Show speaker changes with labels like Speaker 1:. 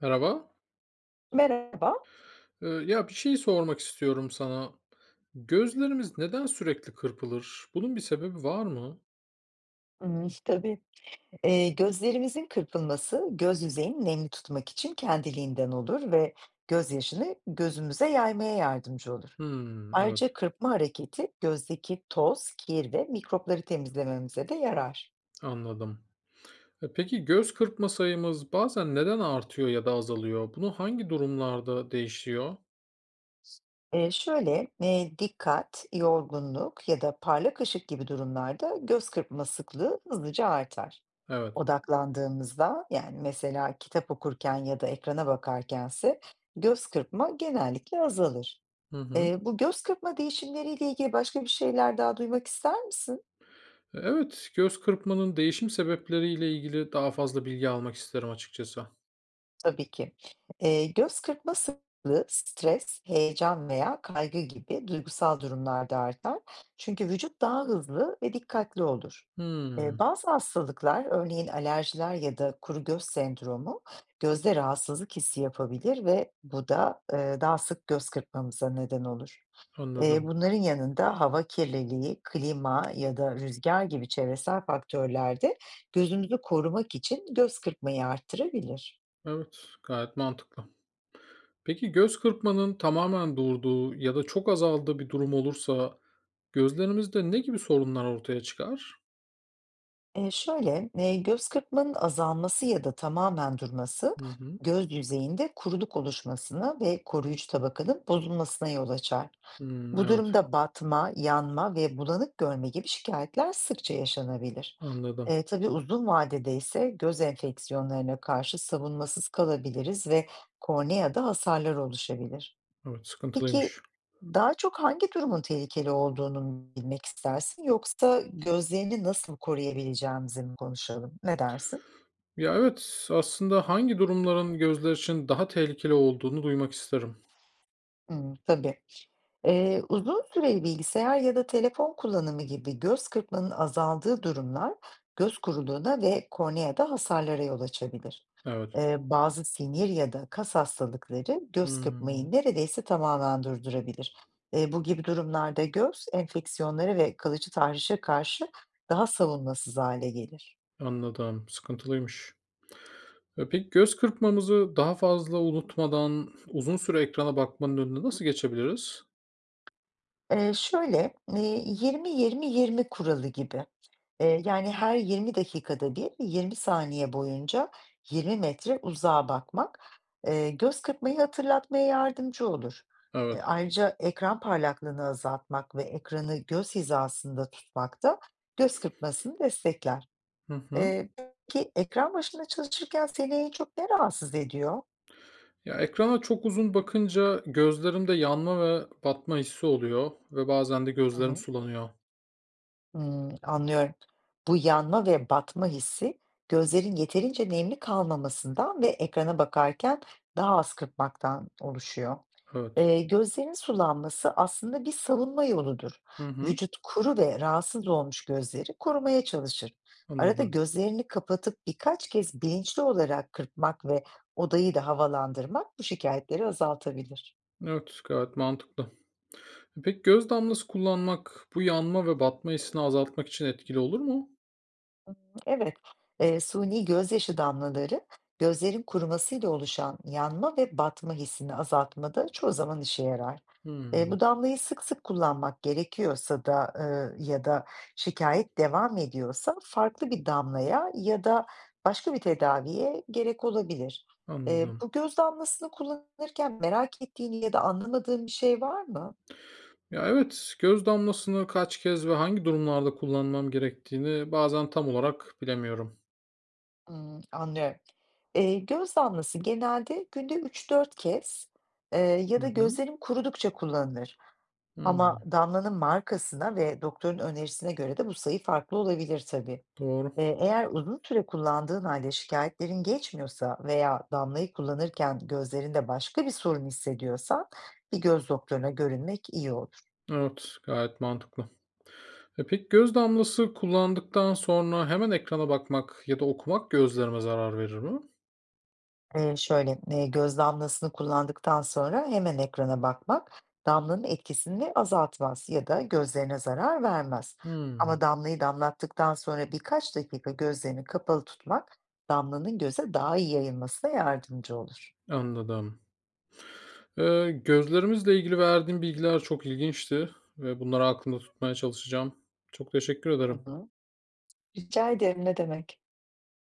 Speaker 1: Merhaba.
Speaker 2: Merhaba.
Speaker 1: Ya, bir şey sormak istiyorum sana. Gözlerimiz neden sürekli kırpılır? Bunun bir sebebi var mı?
Speaker 2: Hmm, tabii. Gözlerimizin kırpılması, göz yüzeyini nemli tutmak için kendiliğinden olur ve gözyaşını gözümüze yaymaya yardımcı olur.
Speaker 1: Hımm, evet,
Speaker 2: Ayrıca kırpma hareketi gözdeki toz, kir ve mikropları temizlememize de yarar.
Speaker 1: anladım. Peki göz kırpma sayımız bazen neden artıyor ya da azalıyor? Bunu hangi durumlarda değişiyor?
Speaker 2: Şöyle, dikkat, yorgunluk ya da parlak ışık gibi durumlarda göz kırpma sıklığı hızlıca artar.
Speaker 1: Evet.
Speaker 2: Odaklandığımızda, yani, mesela kitap okurken ya da ekrana bakarkense göz kırpma genellikle azalır.
Speaker 1: Hı hı.
Speaker 2: Bu göz kırpma değişimleriyle ilgili başka bir şeyler daha duymak ister misin?
Speaker 1: Evet, göz kırpmanın değişim sebepleriyle ilgili daha fazla bilgi almak isterim açıkçası.
Speaker 2: Tabii ki. Göz kırpma sıklığı stres, heyecan veya kaygı gibi duygusal durumlarda artar. Çünkü vücut daha hızlı ve dikkatli olur.
Speaker 1: Hımm,
Speaker 2: Bazı hastalıklar, örneğin alerjiler ya da kuru göz sendromu, gözde rahatsızlık hissi yapabilir ve bu da daha sık göz kırpmamıza neden olur.
Speaker 1: anladım.
Speaker 2: Bunların yanında hava kirliliği, klima ya da rüzgar gibi çevresel faktörler de gözümüzü korumak için göz kırpmayı arttırabilir.
Speaker 1: Evet, gayet mantıklı. Peki göz kırpmanın tamamen durduğu ya da çok azaldığı bir durum olursa gözlerimizde ne gibi sorunlar ortaya çıkar?
Speaker 2: Şöyle, göz kırpmanın azalması ya da tamamen durması,
Speaker 1: Hı hı.
Speaker 2: göz yüzeyinde kuruluk oluşmasına ve koruyucu tabakanın bozulmasına yol açar.
Speaker 1: Hımm,
Speaker 2: Bu
Speaker 1: evet,
Speaker 2: durumda batma, yanma ve bulanık görme gibi şikayetler sıkça yaşanabilir.
Speaker 1: anladım.
Speaker 2: Tabii uzun vadede ise göz enfeksiyonlarına karşı savunmasız kalabiliriz ve korneada hasarlar oluşabilir.
Speaker 1: Evet,
Speaker 2: Peki,
Speaker 1: sıkıntılıymış.
Speaker 2: daha çok hangi durumun tehlikeli olduğunu mu bilmek istersin yoksa gözlerini nasıl koruyabileceğimizi mi konuşalım? Ne dersin?
Speaker 1: Ya, evet, aslında hangi durumların gözler için daha tehlikeli olduğunu duymak isterim.
Speaker 2: Hımm, tabii. Uzun süreli bilgisayar ya da telefon kullanımı gibi göz kırpmanın azaldığı durumlar göz kuruluğuna ve korneada hasarlara yol açabilir.
Speaker 1: Evet.
Speaker 2: Bazı sinir ya da kas hastalıkları göz
Speaker 1: Hımm,
Speaker 2: kırpmayı neredeyse tamamen durdurabilir. Bu gibi durumlarda göz enfeksiyonları ve kalıcı tahrişe karşı daha savunmasız hale gelir.
Speaker 1: anladım, sıkıntılıymış. Peki göz kırpmamızı daha fazla unutmadan uzun süre ekrana bakmanın önüne nasıl geçebiliriz?
Speaker 2: Şöyle, 20-20-20 kuralı gibi. Yani, her 20 dakikada bir 20 saniye boyunca 20 metre uzağa bakmak, göz kırpmayı hatırlatmaya yardımcı olur.
Speaker 1: Evet.
Speaker 2: Ayrıca ekran parlaklığını azaltmak ve ekranı göz hizasında tutmak da göz kırpmasını destekler.
Speaker 1: Hı hı.
Speaker 2: Eee, peki ekran başında çalışırken seni en çok ne rahatsız ediyor?
Speaker 1: Ya, ekrana çok uzun bakınca gözlerimde yanma ve batma hissi oluyor ve bazen de
Speaker 2: Hı
Speaker 1: gözlerim
Speaker 2: hı.
Speaker 1: sulanıyor.
Speaker 2: Hımm, anlıyorum. Bu yanma ve batma hissi, gözlerin yeterince nemli kalmamasından ve ekrana bakarken daha az kırpmaktan oluşuyor.
Speaker 1: Evet.
Speaker 2: Gözlerin sulanması aslında bir savunma yoludur.
Speaker 1: Hı hı.
Speaker 2: Vücut kuru ve rahatsız olmuş gözleri korumaya çalışır. Arada
Speaker 1: Anladım.
Speaker 2: gözlerini kapatıp birkaç kez bilinçli olarak kırpmak ve odayı da havalandırmak bu şikayetleri azaltabilir.
Speaker 1: Evet, gayet mantıklı. Peki göz damlası kullanmak bu yanma ve batma hissini azaltmak için etkili olur mu?
Speaker 2: Evet, suni gözyaşı damlaları gözlerin kurumasıyla oluşan yanma ve batma hissini azaltmada çoğu zaman işe yarar.
Speaker 1: Hımm.
Speaker 2: Bu damlayı sık sık kullanmak gerekiyorsa da ya da şikayet devam ediyorsa farklı bir damlaya ya da başka bir tedaviye gerek olabilir.
Speaker 1: Anladım.
Speaker 2: Bu göz damlasını kullanırken merak ettiğin ya da anlamadığın bir şey var mı?
Speaker 1: Ya, evet, göz damlasını kaç kez ve hangi durumlarda kullanmam gerektiğini bazen tam olarak bilemiyorum.
Speaker 2: Hımm, anlıyorum. Göz damlası genelde günde 3-4 kez, eee, ya
Speaker 1: Hı
Speaker 2: da
Speaker 1: hı.
Speaker 2: gözlerim kurudukça kullanılır ama
Speaker 1: Hımm.
Speaker 2: damlanın markasına ve doktorun önerisine göre de bu sayı farklı olabilir tabii.
Speaker 1: Doğru.
Speaker 2: Eğer uzun süre kullandığın hâlde şikayetlerin geçmiyorsa veya damlayı kullanırken gözlerinde başka bir sorun hissediyorsan bir göz doktoruna görünmek iyi olur.
Speaker 1: Evet, gayet mantıklı. Peki göz damlası kullandıktan sonra hemen ekrana bakmak ya da okumak gözlerime zarar verir mi?
Speaker 2: Şöyle, göz damlasını kullandıktan sonra hemen ekrana bakmak, damlanın etkisini azaltmaz ya da gözlerine zarar vermez. Ama
Speaker 1: Hımm,
Speaker 2: damlayı damlattıktan sonra birkaç dakika gözlerini kapalı tutmak, damlanın göze daha iyi yayılmasına yardımcı olur.
Speaker 1: anladım. Gözlerimizle ilgili verdiğin bilgiler çok ilginçti ve bunları aklımda tutmaya çalışacağım. Çok teşekkür
Speaker 2: Hı
Speaker 1: ederim.
Speaker 2: hı. Rica ederim, ne demek.